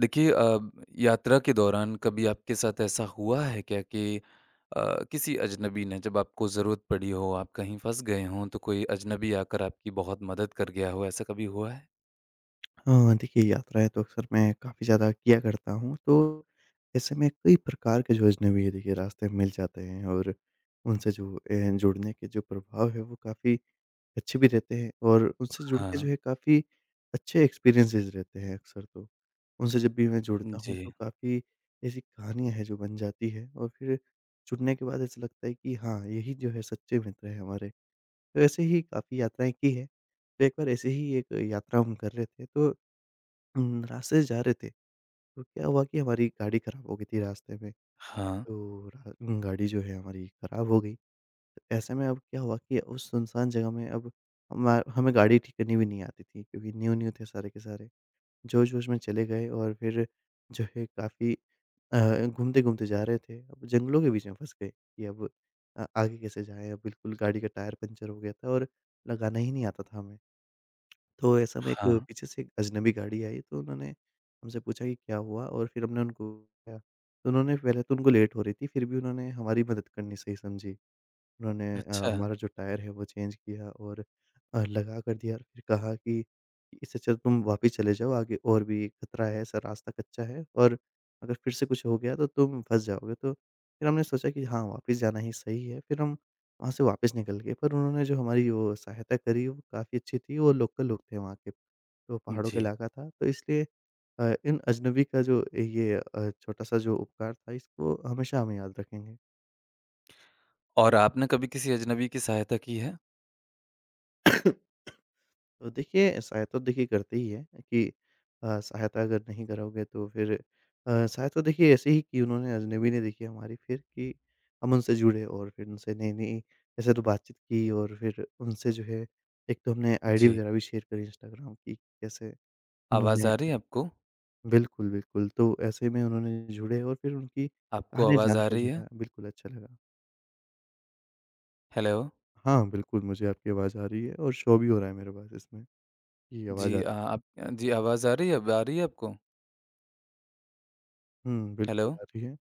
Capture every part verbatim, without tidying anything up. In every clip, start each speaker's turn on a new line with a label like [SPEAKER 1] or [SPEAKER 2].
[SPEAKER 1] देखिए अ, यात्रा के दौरान कभी आपके साथ ऐसा हुआ है क्या कि अ, किसी अजनबी ने जब आपको ज़रूरत पड़ी हो, आप कहीं फँस गए हों, तो कोई अजनबी आकर आपकी बहुत मदद कर गया हो, ऐसा कभी हुआ है?
[SPEAKER 2] हाँ, देखिए, यात्राएँ तो अक्सर मैं काफ़ी ज़्यादा किया करता हूँ, तो ऐसे में कई प्रकार के जो अजनबी देखिए रास्ते में मिल जाते हैं, और उनसे जो अ, जुड़ने के जो प्रभाव है वो काफ़ी अच्छे भी रहते हैं, और उनसे जुड़ के जो
[SPEAKER 1] हाँ।
[SPEAKER 2] है काफ़ी अच्छे एक्सपीरियंसेस रहते हैं अक्सर तो। उनसे जब भी मैं जुड़ता हूँ
[SPEAKER 1] जी।
[SPEAKER 2] तो काफ़ी ऐसी कहानियाँ हैं जो बन जाती है, और फिर जुड़ने के बाद ऐसा लगता है कि हाँ, यही जो है सच्चे मित्र हैं हमारे। तो ऐसे ही काफ़ी यात्राएँ की हैं, तो एक बार ऐसे ही एक यात्रा हम कर रहे थे, तो उम, रास्ते से जा रहे थे, तो क्या हुआ कि हमारी गाड़ी खराब हो गई थी रास्ते में,
[SPEAKER 1] हाँ।
[SPEAKER 2] तो रा गाड़ी जो है हमारी खराब हो गई। तो ऐसे में अब क्या हुआ कि उस सुनसान जगह में अब हमा हमें गाड़ी ठीक करनी भी नहीं आती थी, क्योंकि न्यू-न्यू थे सारे के सारे। जोश-जोश में चले गए, और फिर जो है काफ़ी अ, घूमते-घूमते जा रहे थे, अब जंगलों के बीच में फँस गए कि अब अ, आगे कैसे जाएँ? अब बिल्कुल गाड़ी का टायर पंचर हो गया था, और लगाना ही नहीं आता था हमें। तो ऐसे में एक
[SPEAKER 1] हाँ।
[SPEAKER 2] पीछे से एक अजनबी गाड़ी आई, तो उन्होंने हमसे पूछा कि क्या हुआ? और फिर हमने उनको बताया, तो उन्होंने, पहले तो उनको लेट हो रही थी, फिर भी उन्होंने हमारी मदद करनी सही समझी। उन्होंने अ,
[SPEAKER 1] अच्छा।
[SPEAKER 2] हमारा जो टायर है वो चेंज किया, और अ, लगा कर दिया, और फिर कहा कि इससे अच्छा तुम वापिस चले जाओ, आगे और भी खतरा है, ऐसा रास्ता कच्चा है, और अगर फिर से कुछ हो गया तो तुम फँस जाओगे। तो फिर हमने सोचा कि हाँ, वापिस जाना ही सही है। फिर हम वहाँ से वापिस निकल गए, पर उन्होंने जो हमारी वो सहायता करी वो काफ़ी अच्छी थी। वो लोकल लोग थे वहाँ के, तो पहाड़ों का
[SPEAKER 1] जी।
[SPEAKER 2] इलाका था, तो इसलिए अ, इन अजनबी का जो ये अ, छोटा-सा जो उपकार था, इसको हमेशा हम याद रखेंगे।
[SPEAKER 1] और आपने कभी किसी अजनबी की सहायता की है?
[SPEAKER 2] तो देखिए, सहायता तो देखिए करते ही है कि अ, सहायता अगर नहीं करोगे तो फिर अ, सहायता तो देखिए ऐसे ही की उन्होंने, अजनबी ने देखी हमारी फिर कि हम उनसे जुड़े, और फिर उनसे नई-नई ऐसे तो बातचीत की, और फिर उनसे जो है एक तो हमने आईडी
[SPEAKER 1] जी।
[SPEAKER 2] वगैरह भी शेयर करी इंस्टाग्राम की, कैसे
[SPEAKER 1] आवाज़
[SPEAKER 2] उन्होंने
[SPEAKER 1] आ रही है आपको?
[SPEAKER 2] बिल्कुल, बिल्कुल। तो ऐसे में उन्होंने जुड़े, और फिर उनकी
[SPEAKER 1] आपको
[SPEAKER 2] कहानियाँ
[SPEAKER 1] आवाज़ आ
[SPEAKER 2] जानकर
[SPEAKER 1] रही
[SPEAKER 2] जो
[SPEAKER 1] है?
[SPEAKER 2] है बिल्कुल अच्छा लगा।
[SPEAKER 1] हेलो?
[SPEAKER 2] हाँ, बिल्कुल मुझे आपकी आवाज़ आ रही है, और शो भी हो रहा है मेरे पास इसमें, ये
[SPEAKER 1] जी,
[SPEAKER 2] आवाज़ आ
[SPEAKER 1] अ,
[SPEAKER 2] रही है।
[SPEAKER 1] आप जी, आवाज़ आ रही है अब आ रही है आपको?
[SPEAKER 2] हुँ,
[SPEAKER 1] हेलो?
[SPEAKER 2] बिल्कुल आ रही है।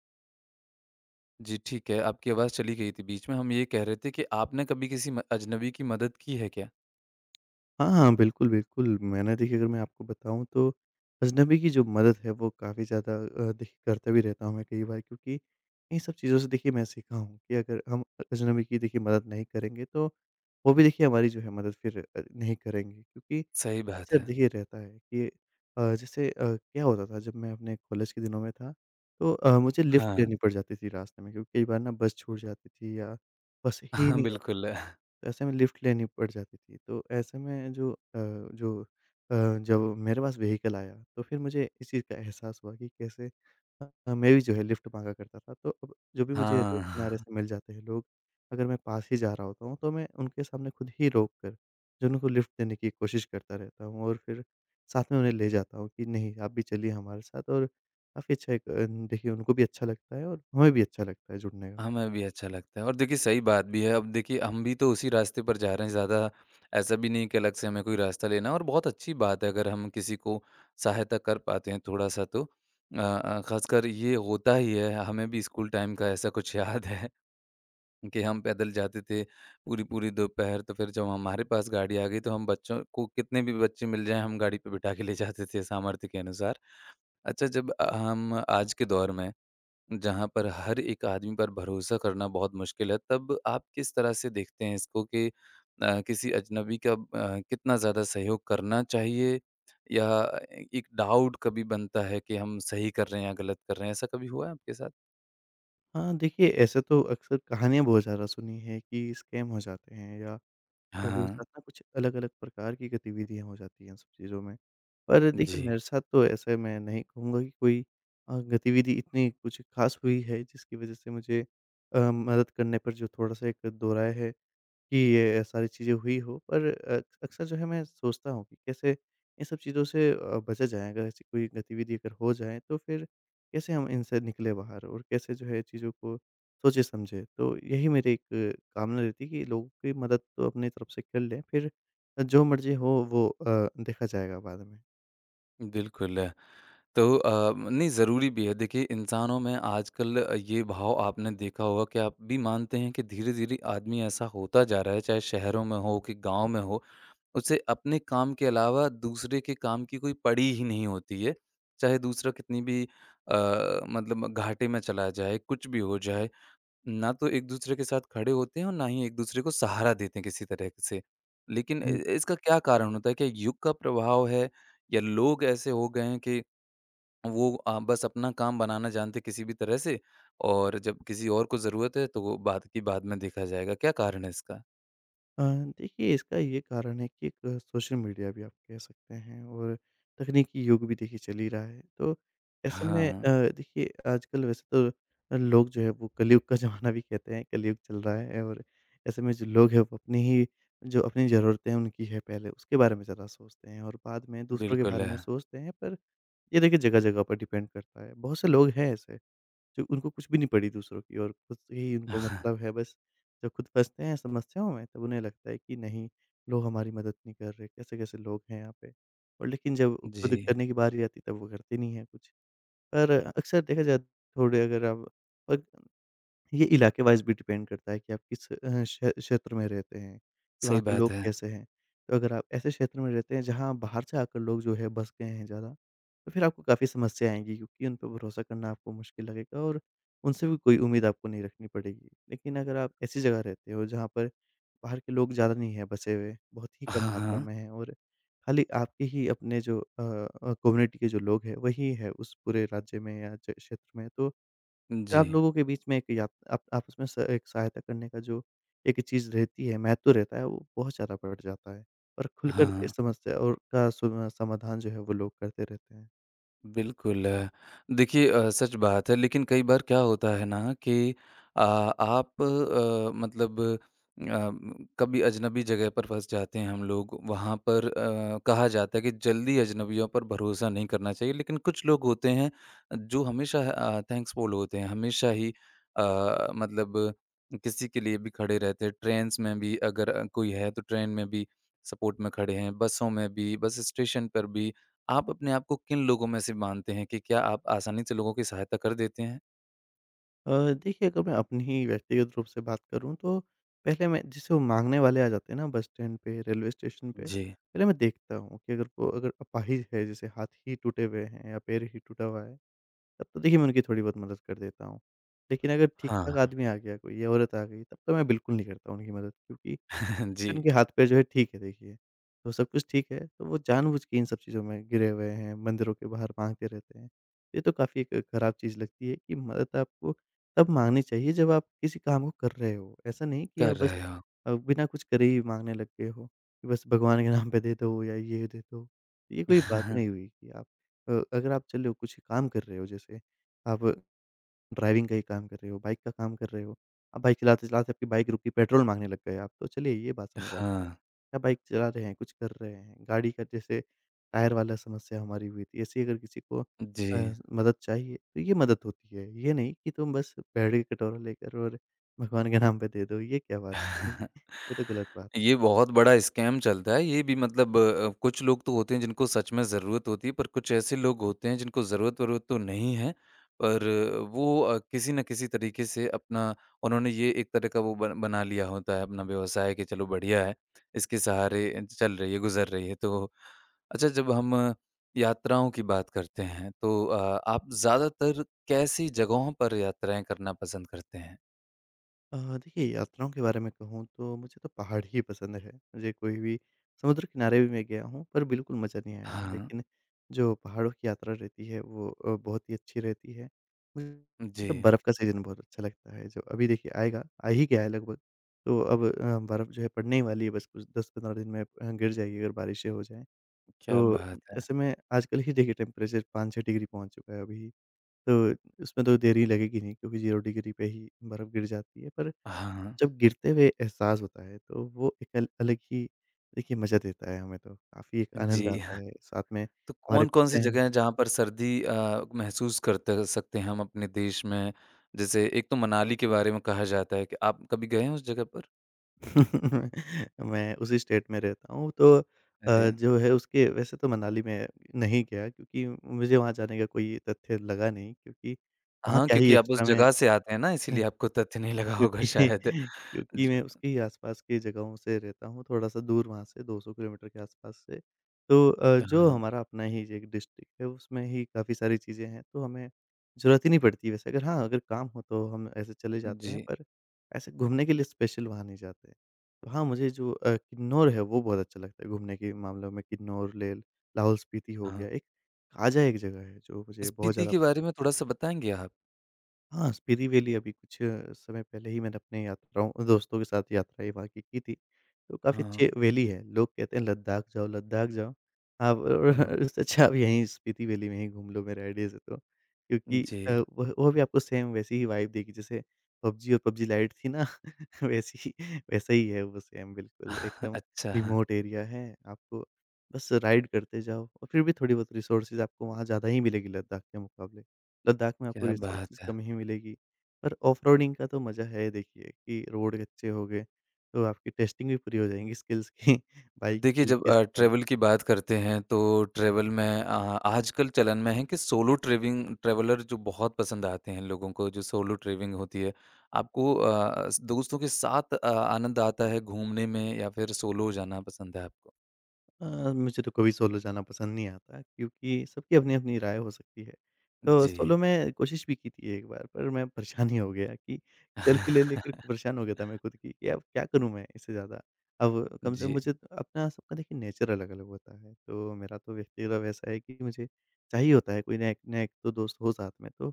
[SPEAKER 1] जी, ठीक है, आपकी आवाज़ चली गई थी बीच में। हम ये कह रहे थे कि आपने कभी किसी म अजनबी की मदद की है क्या?
[SPEAKER 2] हाँ, हाँ, बिल्कुल, बिल्कुल। मैंने देखिए, अगर मैं आपको बताऊँ तो अजनबी की जो मदद है वो काफ़ी ज़्यादा अ, देखिए करता भी रहता हूँ मैं कई बार, क्योंकि इन सब चीज़ों से देखिए मैं सीखा हूँ कि अगर हम अजनबी की देखिए मदद नहीं करेंगे तो वो भी देखिए हमारी जो है मदद फिर अ, नहीं करेंगे, क्योंकि
[SPEAKER 1] सही बात
[SPEAKER 2] अक्सर
[SPEAKER 1] है।
[SPEAKER 2] देखिए रहता है कि अ, जैसे अ, क्या होता था जब मैं अपने कॉलेज के दिनों में था, तो अ, मुझे लिफ्ट
[SPEAKER 1] हाँ।
[SPEAKER 2] लेनी पड़ जाती थी रास्ते में, क्योंकि कई बार ना बस छूट जाती थी या बस ही
[SPEAKER 1] हाँ,
[SPEAKER 2] नहीं आती,
[SPEAKER 1] बिल्कुल।
[SPEAKER 2] तो ऐसे में लिफ्ट लेनी पड़ जाती थी। तो ऐसे में जो अ, जो अ, जब मेरे पास व्हीकल आया तो फिर मुझे इस चीज़ का एहसास हुआ कि कैसे अ, मैं भी जो है लिफ्ट माँगा करता था। तो अब जो भी मुझे
[SPEAKER 1] हाँ,
[SPEAKER 2] रोड किनारे से मिल जाते हैं लोग, अगर मैं पास ही जा रहा होता हूँ तो मैं उनके सामने खुद ही रोक कर जो है उनको लिफ्ट देने की कोशिश करता रहता हूँ, और फिर साथ में उन्हें ले जाता हूँ कि नहीं, आप भी चलिए हमारे साथ, और काफ़ी अच्छा एक अ, देखिए, उनको भी अच्छा लगता है, और हमें भी अच्छा लगता है जुड़ने का।
[SPEAKER 1] हमें भी अच्छा लगता है और देखिए सही बात भी है। अब देखिए हम भी तो उसी रास्ते पर जा रहे हैं, ज़्यादा ऐसा भी नहीं कि अलग से हमें कोई रास्ता लेना है और बहुत अच्छी बात है अगर हम किसी को सहायता कर पाते हैं थोड़ा-सा तो। अ अ, ख़ासकर ये होता ही है, हमें भी स्कूल टाइम का ऐसा कुछ याद है। कि हम पैदल जाते थे पूरी-पूरी दोपहर, तो फिर जब हमारे पास गाड़ी आ गई तो हम बच्चों को कितने भी बच्चे मिल जाएँ हम गाड़ी पे बिठा के ले जाते थे सामर्थ्य के अनुसार। अच्छा जब अ, हम आज के दौर में जहाँ पर हर एक आदमी पर भरोसा करना बहुत मुश्किल है, तब आप किस तरह से देखते हैं इसको कि अ, किसी अजनबी का अ, कितना ज़्यादा सहयोग करना चाहिए या एक डाउट कभी बनता है कि हम सही कर रहे हैं या गलत कर रहे हैं, ऐसा कभी हुआ है आपके साथ?
[SPEAKER 2] हाँ, देखिए ऐसे तो अक्सर कहानियाँ बहुत ज़्यादा सुनी है कि स्कैम हो जाते हैं, या लोगों के
[SPEAKER 1] हाँ,
[SPEAKER 2] साथ ना कुछ अलग-अलग प्रकार की गतिविधियाँ हो जाती हैं इन सब चीज़ों में। पर देखिए
[SPEAKER 1] जी।
[SPEAKER 2] मेरे साथ तो ऐसे मैं नहीं कहूँगा कि कोई अ, गतिविधि इतनी कुछ ख़ास हुई है, जिसकी वज़ह से मुझे अ, मदद करने पर जो थोड़ा-सा एक दोराय है कि ये सारी चीज़ें हुई हो, पर अ, अक्सर जो है मैं सोचता हूँ कि कैसे इन सब चीज़ों से अ, बचा जाए। अगर ऐसी कोई गतिविधि अगर हो जाए, तो फिर कैसे हम इनसे निकले बाहर, और कैसे जो है चीज़ों को सोचे-समझे। तो यही मेरी एक अ, कामना रहती है कि लोगों की मदद तो अपनी तरफ से कर लें, फिर जो मर्ज़ी हो वो अ, देखा जाएगा बाद में।
[SPEAKER 1] बिल्कुल। तो अ, नहीं ज़रूरी भी है। देखिए इंसानों में आजकल ये भाव आपने देखा होगा कि आप भी मानते हैं कि धीरे-धीरे आदमी ऐसा होता जा रहा है, चाहे शहरों में हो कि गाँव में हो, उसे अपने काम के अलावा दूसरे के काम की कोई पड़ी ही नहीं होती है। चाहे दूसरा कितनी भी अ, मतलब घाटे में चला जाए, कुछ भी हो जाए, ना तो एक-दूसरे के साथ खड़े होते हैं और ना ही एक-दूसरे को सहारा देते हैं किसी तरह से। लेकिन इ इसका क्या कारण होता है? क्या युग का प्रभाव है या लोग ऐसे हो गए हैं कि वो अ, बस अपना काम बनाना जानते किसी भी तरह से और जब किसी और को ज़रूरत है, तो वो बाद की बाद में देखा जाएगा, क्या कारण है इसका?
[SPEAKER 2] अ, देखिए इसका ये कारण है कि एक सोशल मीडिया भी आप कह सकते हैं, और तकनीकी युग भी देखिए चल ही रहा है। तो ऐसे में अ,
[SPEAKER 1] हाँ,
[SPEAKER 2] देखिए आजकल वैसे तो अ, लोग जो है वो कलयुग का ज़माना भी कहते हैं, कलयुग चल रहा है, और ऐसे में जो लोग हैं वो अपनी ही, जो अपनी ज़रूरतें हैं उनकी है पहले, उसके बारे में ज़्यादा सोचते हैं, और बाद में दूसरों के
[SPEAKER 1] बिल्कुल
[SPEAKER 2] बारे में
[SPEAKER 1] है।
[SPEAKER 2] सोचते हैं। पर ये देखिए जगह-जगह पर डिपेंड करता है। बहुत से लोग हैं ऐसे जो उनको कुछ भी नहीं पड़ी दूसरों की, और खुद से ही उनको मतलब है, बस जब खुद फँसते हैं समस्याओं में तब उन्हें लगता है कि नहीं, लोग हमारी मदद नहीं कर रहे, कैसे-कैसे लोग हैं यहाँ पे। और लेकिन जब
[SPEAKER 1] जी,
[SPEAKER 2] खुद करने की बारी आती है, तब वो करते नहीं हैं कुछ। पर अक्सर देखा जाए, थोड़े अगर आप, और ये इलाके वाइज़ भी डिपेंड करता है कि आप किस अ, क्षे क्षेत्र में रहते हैं, कि
[SPEAKER 1] सही
[SPEAKER 2] वहाँ के
[SPEAKER 1] बात
[SPEAKER 2] लोग
[SPEAKER 1] है।
[SPEAKER 2] कैसे हैं। तो अगर आप ऐसे क्षेत्र में रहते हैं जहाँ बाहर से आकर लोग जो है बस गए हैं ज़्यादा, तो फिर आपको काफ़ी समस्याएँ आएँगी, क्योंकि उन पे भरोसा करना आपको मुश्किल लगेगा, और उनसे भी कोई उम्मीद आपको नहीं रखनी पड़ेगी। लेकिन अगर आप ऐसी जगह रहते हो जहाँ पर बाहर के लोग ज़्यादा नहीं हैं बसे हुए, बहुत ही कम
[SPEAKER 1] हाँ,
[SPEAKER 2] मात्रा
[SPEAKER 1] हाँ।
[SPEAKER 2] में हैं, और खाली आपके ही अपने जो अ अ, कम्युनिटी के जो लोग हैं वही है उस पूरे राज्य में या च क्षेत्र में, तो फिर
[SPEAKER 1] जी,
[SPEAKER 2] आप लोगों के बीच में एक यात आप आपस में स एक सहायता करने का जो एक चीज़ रहती है, महत्व रहता है, वो बहुत ज़्यादा बढ़ जाता है, और खुलकर
[SPEAKER 1] हाँ।
[SPEAKER 2] इस समस्या और का सुना समाधान जो है वो लोग करते रहते हैं।
[SPEAKER 1] बिल्कुल। अ, देखिए अ, सच बात है लेकिन कई बार क्या होता है ना कि अ, आप अ, मतलब अ, कभी अजनबी जगह पर फँस जाते हैं हम लोग। वहाँ पर अ, कहा जाता है कि जल्दी अजनबियों पर भरोसा नहीं करना चाहिए। लेकिन कुछ लोग होते हैं जो हमेशा अ, थैंक्सफुल होते हैं, हमेशा ही अ, मतलब किसी के लिए भी खड़े रहते हैं। ट्रेन्स में भी अगर अ, कोई है तो ट्रेन में भी सपोर्ट में खड़े हैं, बसों में भी, बस स्टेशन पर भी। आप अपने आप को किन लोगों में से मानते हैं कि क्या आप आसानी से लोगों की सहायता कर देते हैं?
[SPEAKER 2] अ, देखिए, अगर मैं अपनी ही व्यक्तिगत रूप से बात करूँ तो पहले मैं जैसे वो माँगने वाले आ जाते हैं ना बस स्टैंड पे, रेलवे स्टेशन पे,
[SPEAKER 1] जी,
[SPEAKER 2] पहले मैं देखता हूँ कि अगर वो, अगर अपाहिज है, जैसे हाथ ही टूटे हुए हैं या पैर ही टूटा हुआ है, तब तो देखिए मैं उनकी थोड़ी बहुत मदद कर देता हूँ। लेकिन अगर
[SPEAKER 1] हाँ।
[SPEAKER 2] ठीक-ठाक आदमी आ गया कोई या औरत आ गई तब तो मैं बिल्कुल नहीं करता उनकी मदद, क्योंकि
[SPEAKER 1] जी,
[SPEAKER 2] उनके हाथ पैर जो है ठीक है देखिए, तो सब कुछ ठीक है, तो वो जानबूझ के इन सब चीज़ों में घिरे हुए हैं, मंदिरों के बाहर माँगते रहते हैं। ये तो काफ़ी एक खराब चीज़ लगती है कि मदद आपको तब माँगनी चाहिए जब आप किसी काम को कर रहे हो। ऐसा नहीं कि
[SPEAKER 1] कर
[SPEAKER 2] आप बस
[SPEAKER 1] रहे हो।
[SPEAKER 2] अ, बिना कुछ करे ही माँगने लग गए हो, कि बस भगवान के नाम पे दे दो या ये दे दो। ये कोई बात नहीं हुई कि आप अ, अगर आप चलो कुछ काम कर रहे हो, जैसे आप ड्राइविंग का ही काम कर रहे हो, बाइक का काम कर रहे हो। आप बाइक चलाते-चलाते आपकी बाइक रुकी, पेट्रोल माँगने लग गए आप, तो चलिए ये बात समझ आती है।
[SPEAKER 1] हाँ,
[SPEAKER 2] या बाइक चला रहे हैं, कुछ कर रहे हैं, गाड़ी का जैसे टायर वाला समस्या हमारी हुई थी, ऐसी अगर किसी को
[SPEAKER 1] जी।
[SPEAKER 2] अ, मदद चाहिए तो ये मदद होती है। ये नहीं कि तुम बस पेड़ के कटोरा लेकर और भगवान के नाम पे दे दो, ये क्या बात हुई? ये तो गलत बात है।
[SPEAKER 1] ये बहुत बड़ा स्कैम चलता है। ये भी मतलब अ, कुछ लोग तो होते हैं जिनको सच में ज़रूरत होती है, पर कुछ ऐसे लोग होते हैं जिनको ज़रूरत-वरूरत तो नहीं है, पर अ, वो अ, किसी न किसी तरीके से अपना उन्होंने ये एक तरह का वो बन बना लिया होता है अपना व्यवसाय कि चलो बढ़िया है, इसके सहारे चल रही है, गुज़र रही है। तो अच्छा जब हम अ, यात्राओं की बात करते हैं, तो अ, आप ज़्यादातर कैसी जगहों पर यात्राएँ करना पसंद करते हैं?
[SPEAKER 2] अ, देखिए यात्राओं के बारे में कहूँ तो मुझे तो पहाड़ ही पसंद है। मुझे कोई भी समुद्र किनारे भी मैं गया हूँ पर बिल्कुल मज़ा नहीं आया।
[SPEAKER 1] हाँ,
[SPEAKER 2] लेकिन जो पहाड़ों की यात्रा रहती है वो अ, बहुत ही अच्छी रहती है। मुझे
[SPEAKER 1] जी।
[SPEAKER 2] तो बर्फ़ का सीज़न बहुत अच्छा लगता है जो अभी देखिए आएगा, आ ही गया है लगभग। तो अब अ, बर्फ़ जो है पड़ने ही वाली है बस कुछ दस पंद्रह दिन में अ, गिर जाएगी अगर बारिशें हो जाएँ।
[SPEAKER 1] क्या
[SPEAKER 2] तो
[SPEAKER 1] बात है!
[SPEAKER 2] ऐसे में आजकल ही देखिए टेम्परेचर पाँच छह डिग्री पहुँच चुका है अभी। तो उसमें तो देर ही लगेगी नहीं क्योंकि ज़ीरो डिग्री पे ही बर्फ़ गिर जाती है। पर
[SPEAKER 1] हाँ,
[SPEAKER 2] जब गिरते हुए एहसास होता है, तो वो एक अल अलग ही देखिए मज़ा देता है हमें तो, काफ़ी एक आनंद
[SPEAKER 1] जी।
[SPEAKER 2] आता
[SPEAKER 1] हाँ,
[SPEAKER 2] है। साथ में
[SPEAKER 1] तो
[SPEAKER 2] हमारे
[SPEAKER 1] कौन-कौन
[SPEAKER 2] कुत्ते
[SPEAKER 1] सी
[SPEAKER 2] हैं।
[SPEAKER 1] जगह है जहाँ पर सर्दी अ, महसूस करते सकते हैं हम अपने देश में? जैसे एक तो मनाली के बारे में कहा जाता है कि आप कभी गए हैं उस जगह पर?
[SPEAKER 2] मैं उसी स्टेट में रहता हूँ तो
[SPEAKER 1] अरे!
[SPEAKER 2] अ, जो है उसके वैसे तो मनाली में नहीं गया क्योंकि मुझे वहाँ जाने का कोई तथ्य लगा नहीं क्योंकि वहाँ
[SPEAKER 1] हाँ,
[SPEAKER 2] क्या ही
[SPEAKER 1] क्योंकि आप उस
[SPEAKER 2] एक्स्ट्रा मैं
[SPEAKER 1] जगह से आते हैं ना इसीलिए आपको तथ्य नहीं लगा
[SPEAKER 2] क्योंकि
[SPEAKER 1] होगा शायद।
[SPEAKER 2] क्योंकि मैं
[SPEAKER 1] ज
[SPEAKER 2] उसके ही आस-पास की जगहों से रहता हूँ, थोड़ा-सा दूर वहाँ से दो सौ किलोमीटर के आस-पास से। तो अ, जो
[SPEAKER 1] हाँ,
[SPEAKER 2] हमारा अपना ही एक डिस्ट्रिक्ट है, उसमें ही काफ़ी सारी चीज़ें हैं, तो हमें ज़रूरत ही नहीं पड़ती वैसे अगर हाँ, अगर काम हो तो हम ऐसे चले जाते हैं,
[SPEAKER 1] जी,
[SPEAKER 2] पर ऐसे घूमने के लिए स्पेशल वहाँ नहीं जाते। तो हाँ, मुझे जो अ, किन्नौर है, वो बहुत अच्छा लगता है घूमने के मामलों में। किन्नौर, लेह लाहौल स्पीति हो
[SPEAKER 1] हाँ।
[SPEAKER 2] गया, एक खाजा एक जगह है, जो मुझे बहुत
[SPEAKER 1] स्पीति
[SPEAKER 2] ज़्यादा
[SPEAKER 1] के बारे में थोड़ा-सा बताएँगे आप?
[SPEAKER 2] हाँ, स्पीति वैली अभी कुछ अ, समय पहले ही मैंने अपने यात्राओं दोस्तों के साथ यात्राएँ वहाँ की की थी, तो काफ़ी
[SPEAKER 1] हाँ,
[SPEAKER 2] अच्छी वैली है। लोग कहते हैं लद्दाख जाओ, लद्दाख जाओ। आप
[SPEAKER 1] हाँ।
[SPEAKER 2] उससे अच्छा आप यहीं स्पीति वैली में ही घूम लो मेरा आइडिया से तो। क्योंकि अ,
[SPEAKER 1] जी।
[SPEAKER 2] वह वो भी आपको सेम वैसी ही वाइब देगी जैसे पबजी और पबजी लाइट थी ना वैसी ही वैसा ही है वो सेम बिल्कुल एकदम
[SPEAKER 1] अच्छा,
[SPEAKER 2] रिमोट एरिया है। आपको बस राइड करते जाओ और फिर भी थोड़ी बहुत रिसोर्सेज़ आपको वहाँ ज़्यादा ही मिलेगी लद्दाख के मुकाबले। लद्दाख में आपको
[SPEAKER 1] क्या बात
[SPEAKER 2] रिसोर्सेज़
[SPEAKER 1] है!
[SPEAKER 2] कम ही मिलेगी। पर ऑफ़रोडिंग का तो मज़ा है देखिए कि रोड अच्छे हो गए, तो आपकी टेस्टिंग भी पूरी हो जाएँगी स्किल्स की बाइक
[SPEAKER 1] देखिए,
[SPEAKER 2] की
[SPEAKER 1] जब
[SPEAKER 2] किस
[SPEAKER 1] अ,
[SPEAKER 2] अ,
[SPEAKER 1] ट्रैवल की बात करते हैं तो ट्रैवल में अ, आजकल चलन में है कि सोलो ट्रैविंग ट्रैवलर जो बहुत पसंद आते हैं लोगों को, जो सोलो ट्रैविंग होती है। आपको अ, स दोस्तों के साथ अ, आनंद आता है घूमने में या फिर सोलो जाना पसंद है आपको?
[SPEAKER 2] अ, मुझे तो कभी सोलो जाना पसंद नहीं आता क्योंकि सबकी अपनी-अपनी राय हो सकती है। तो
[SPEAKER 1] जी।
[SPEAKER 2] सोलो मैं कोशिश भी की थी एक बार पर मैं परेशान ही हो गया कि सेल्फ़ी ले लेकर परेशान हो गया था मैं खुद की कि अब क्या करूँ मैं इससे ज़्यादा। अब कम से कम
[SPEAKER 1] जी।
[SPEAKER 2] मुझे तो अपना सबका देखिए नेचर अलग-अलग होता है। तो मेरा तो व्यक्तिगत वैसा है कि मुझे चाहिए होता है कोई ना एक ना एक तो दोस्त हो साथ में। तो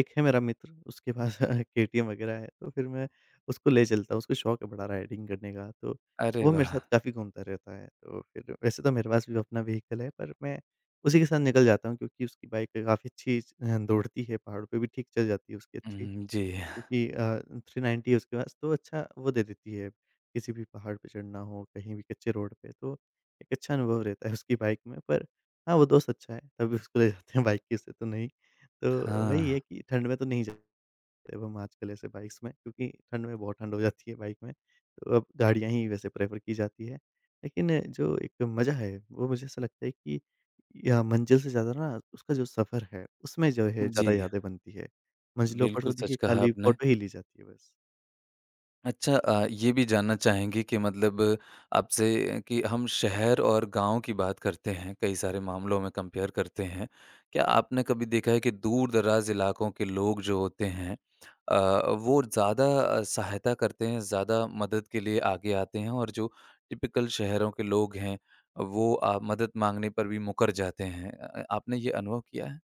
[SPEAKER 2] एक है मेरा मित्र उसके पास केटीएम वग़ैरह है तो फिर मैं उसको ले चलता हूँ, उसको शौक है बड़ा राइडिंग करने का तो
[SPEAKER 1] अरे
[SPEAKER 2] वो मेरे
[SPEAKER 1] वाह!
[SPEAKER 2] साथ काफ़ी घूमता रहता है, तो फिर वैसे तो मेरे पास भी अपना व्हीकल है, पर मैं उसी के साथ निकल जाता हूँ क्योंकि उसकी बाइक काफ़ी अच्छी अ, दौड़ती है, पहाड़ों पे भी ठीक चल जाती है उसकी अच्छी
[SPEAKER 1] हुँ, जी।
[SPEAKER 2] क्योंकि अ, तीन सौ नब्बे है उसके पास, तो अच्छा वो दे देती है, किसी भी पहाड़ पे चढ़ना हो, कहीं भी कच्चे रोड पे, तो एक अच्छा अनुभव रहता है उसकी बाइक में। पर हाँ, वो दोस्त अच्छा है, तभी उसको ले जाते हैं बाइक के से तो नहीं, तो वही
[SPEAKER 1] हाँ।
[SPEAKER 2] है कि ठंड में तो नहीं जा एवं आजकल ऐसे बाइक्स में क्योंकि ठंड में बहुत ठंड हो जाती है बाइक में, तो अब गाड़ियाँ ही वैसे प्रेफ़र की जाती है। लेकिन जो एक मज़ा है वो मुझे ऐसा लगता है कि या मंज़िल से ज़्यादा ना उसका जो सफ़र है उसमें जो है ज़्यादा
[SPEAKER 1] जी,
[SPEAKER 2] यादें बनती है। मंज़िलों पर
[SPEAKER 1] बिल्कुल
[SPEAKER 2] तो
[SPEAKER 1] सच
[SPEAKER 2] देखिए
[SPEAKER 1] कहा
[SPEAKER 2] खाली
[SPEAKER 1] आपने।
[SPEAKER 2] फ़ोटो ही ली जाती है बस।
[SPEAKER 1] अच्छा अ, ये भी जानना चाहेंगे कि मतलब आपसे कि हम शहर और गांव की बात करते हैं, कई सारे मामलों में कंपेयर करते हैं। क्या आपने कभी देखा है कि दूर-दराज इलाकों के लोग जो होते हैं अ, वो ज़्यादा अ, सहायता करते हैं, ज़्यादा मदद के लिए आगे आते हैं और जो टिपिकल शहरों के लोग हैं, वो अ, मदद माँगने पर भी मुकर जाते हैं। अ, आपने ये अनुभव किया है?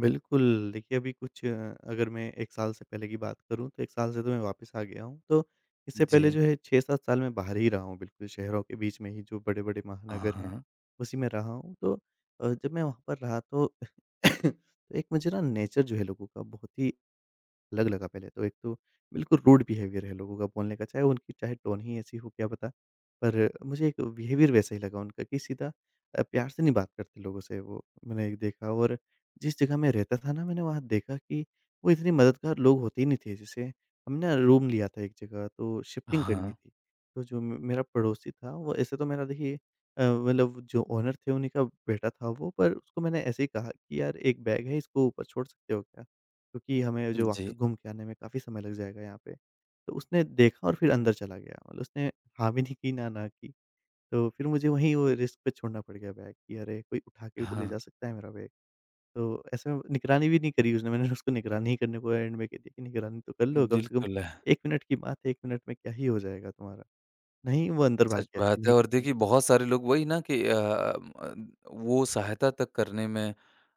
[SPEAKER 2] बिल्कुल, देखिए अभी कुछ अ, अगर मैं एक साल से पहले की बात करूँ तो एक साल से तो मैं वापस आ गया हूँ। तो इससे
[SPEAKER 1] जी।
[SPEAKER 2] पहले जो है छह सात साल मैं बाहर ही रहा हूँ बिल्कुल शहरों के बीच में ही जो बड़े-बड़े
[SPEAKER 1] हाँ,
[SPEAKER 2] महानगर हैं,
[SPEAKER 1] हाँ।
[SPEAKER 2] उसी में रहा हूँ। तो अ, जब मैं वहाँ पर रहा तो तो एक मुझे ना नेचर जो है लोगों का बहुत ही अलग लगा पहले तो। एक तो बिल्कुल रूड बिहेवियर है लोगों का बोलने का, चाहे उनकी चाहे टोन ही ऐसी हो क्या पता। पर मुझे एक बिहेवियर वैसा ही लगा उनका कि सीधा अ, प्यार से नहीं बात करते लोगों से वो, मैंने एक देखा। और जिस जगह मैं रहता था ना, मैंने वहाँ देखा कि वो इतने मददगार लोग होते ही नहीं थे। जैसे हमने रूम लिया था एक जगह, तो शिफ्टिंग करनी
[SPEAKER 1] हाँ।
[SPEAKER 2] थी। तो जो म मेरा पड़ोसी था, वो ऐसे तो मेरा देखिए अ, मतलब जो ओनर थे उन्हीं का बेटा था वो, पर उसको मैंने ऐसे ही कहा कि, "यार, एक बैग है, इसको ऊपर छोड़ सकते हो क्या?" क्योंकि हमें जो
[SPEAKER 1] जी।
[SPEAKER 2] वापस घूम के आने में काफ़ी समय लग जाएगा यहाँ पे। तो उसने देखा और फिर अंदर चला गया। मतलब उसने हाँ भी नहीं की, ना ना की। तो फिर मुझे वहीं वो रिस्क पे छोड़ना पड़ गया बैग कि अरे! कोई उठा के भी तो ले
[SPEAKER 1] हाँ,
[SPEAKER 2] जा सकता है मेरा बैग। तो ऐसे में निगरानी भी नहीं करी उसने, मैंने उसको निगरानी ही करने को एंड में कह दिया कि निगरानी तो कर लो, कम से कम
[SPEAKER 1] बिल्कुल।
[SPEAKER 2] एक मिनट की बात है, एक मिनट में क्या ही हो जाएगा तुम्हारा। नहीं, वो अंदर भाग
[SPEAKER 1] सच
[SPEAKER 2] गया कि
[SPEAKER 1] बात है
[SPEAKER 2] नहीं
[SPEAKER 1] और
[SPEAKER 2] करनी।
[SPEAKER 1] देखिए बहुत सारे लोग वही ना कि अ, म वो सहायता तक करने में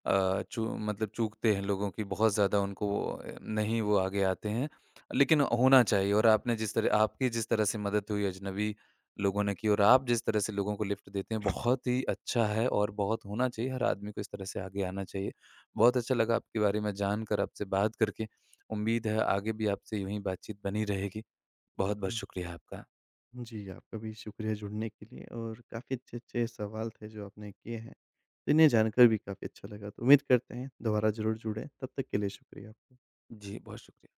[SPEAKER 1] अ, चू मतलब चूकते हैं लोगों की बहुत ज़्यादा उनको अ, नहीं वो आगे आते हैं। लेकिन होना चाहिए और आपने जिस तरह आपकी जिस तरह से मदद हुई अजनबी लोगों ने की और आप जिस तरह से लोगों को लिफ्ट देते हैं बहुत ही अच्छा है और बहुत होना चाहिए, हर आदमी को इस तरह से आगे आना चाहिए। बहुत अच्छा लगा आपके बारे में जानकर, आपसे बात करके। उम्मीद है आगे भी आपसे यूँ ही बातचीत बनी रहेगी। बहुत-बहुत शुक्रिया आपका।
[SPEAKER 2] जी, आपका भी शुक्रिया जुड़ने के लिए और काफ़ी अच्छे-अच्छे सवाल थे जो आपने किए हैं। तो इन्हें जानकर भी काफ़ी अच्छा लगा। तो उम्मीद करते हैं दोबारा ज़रूर जुड़ें। तब तक के लिए शुक्रिया आपका।
[SPEAKER 1] जी, बहुत शुक्रिया।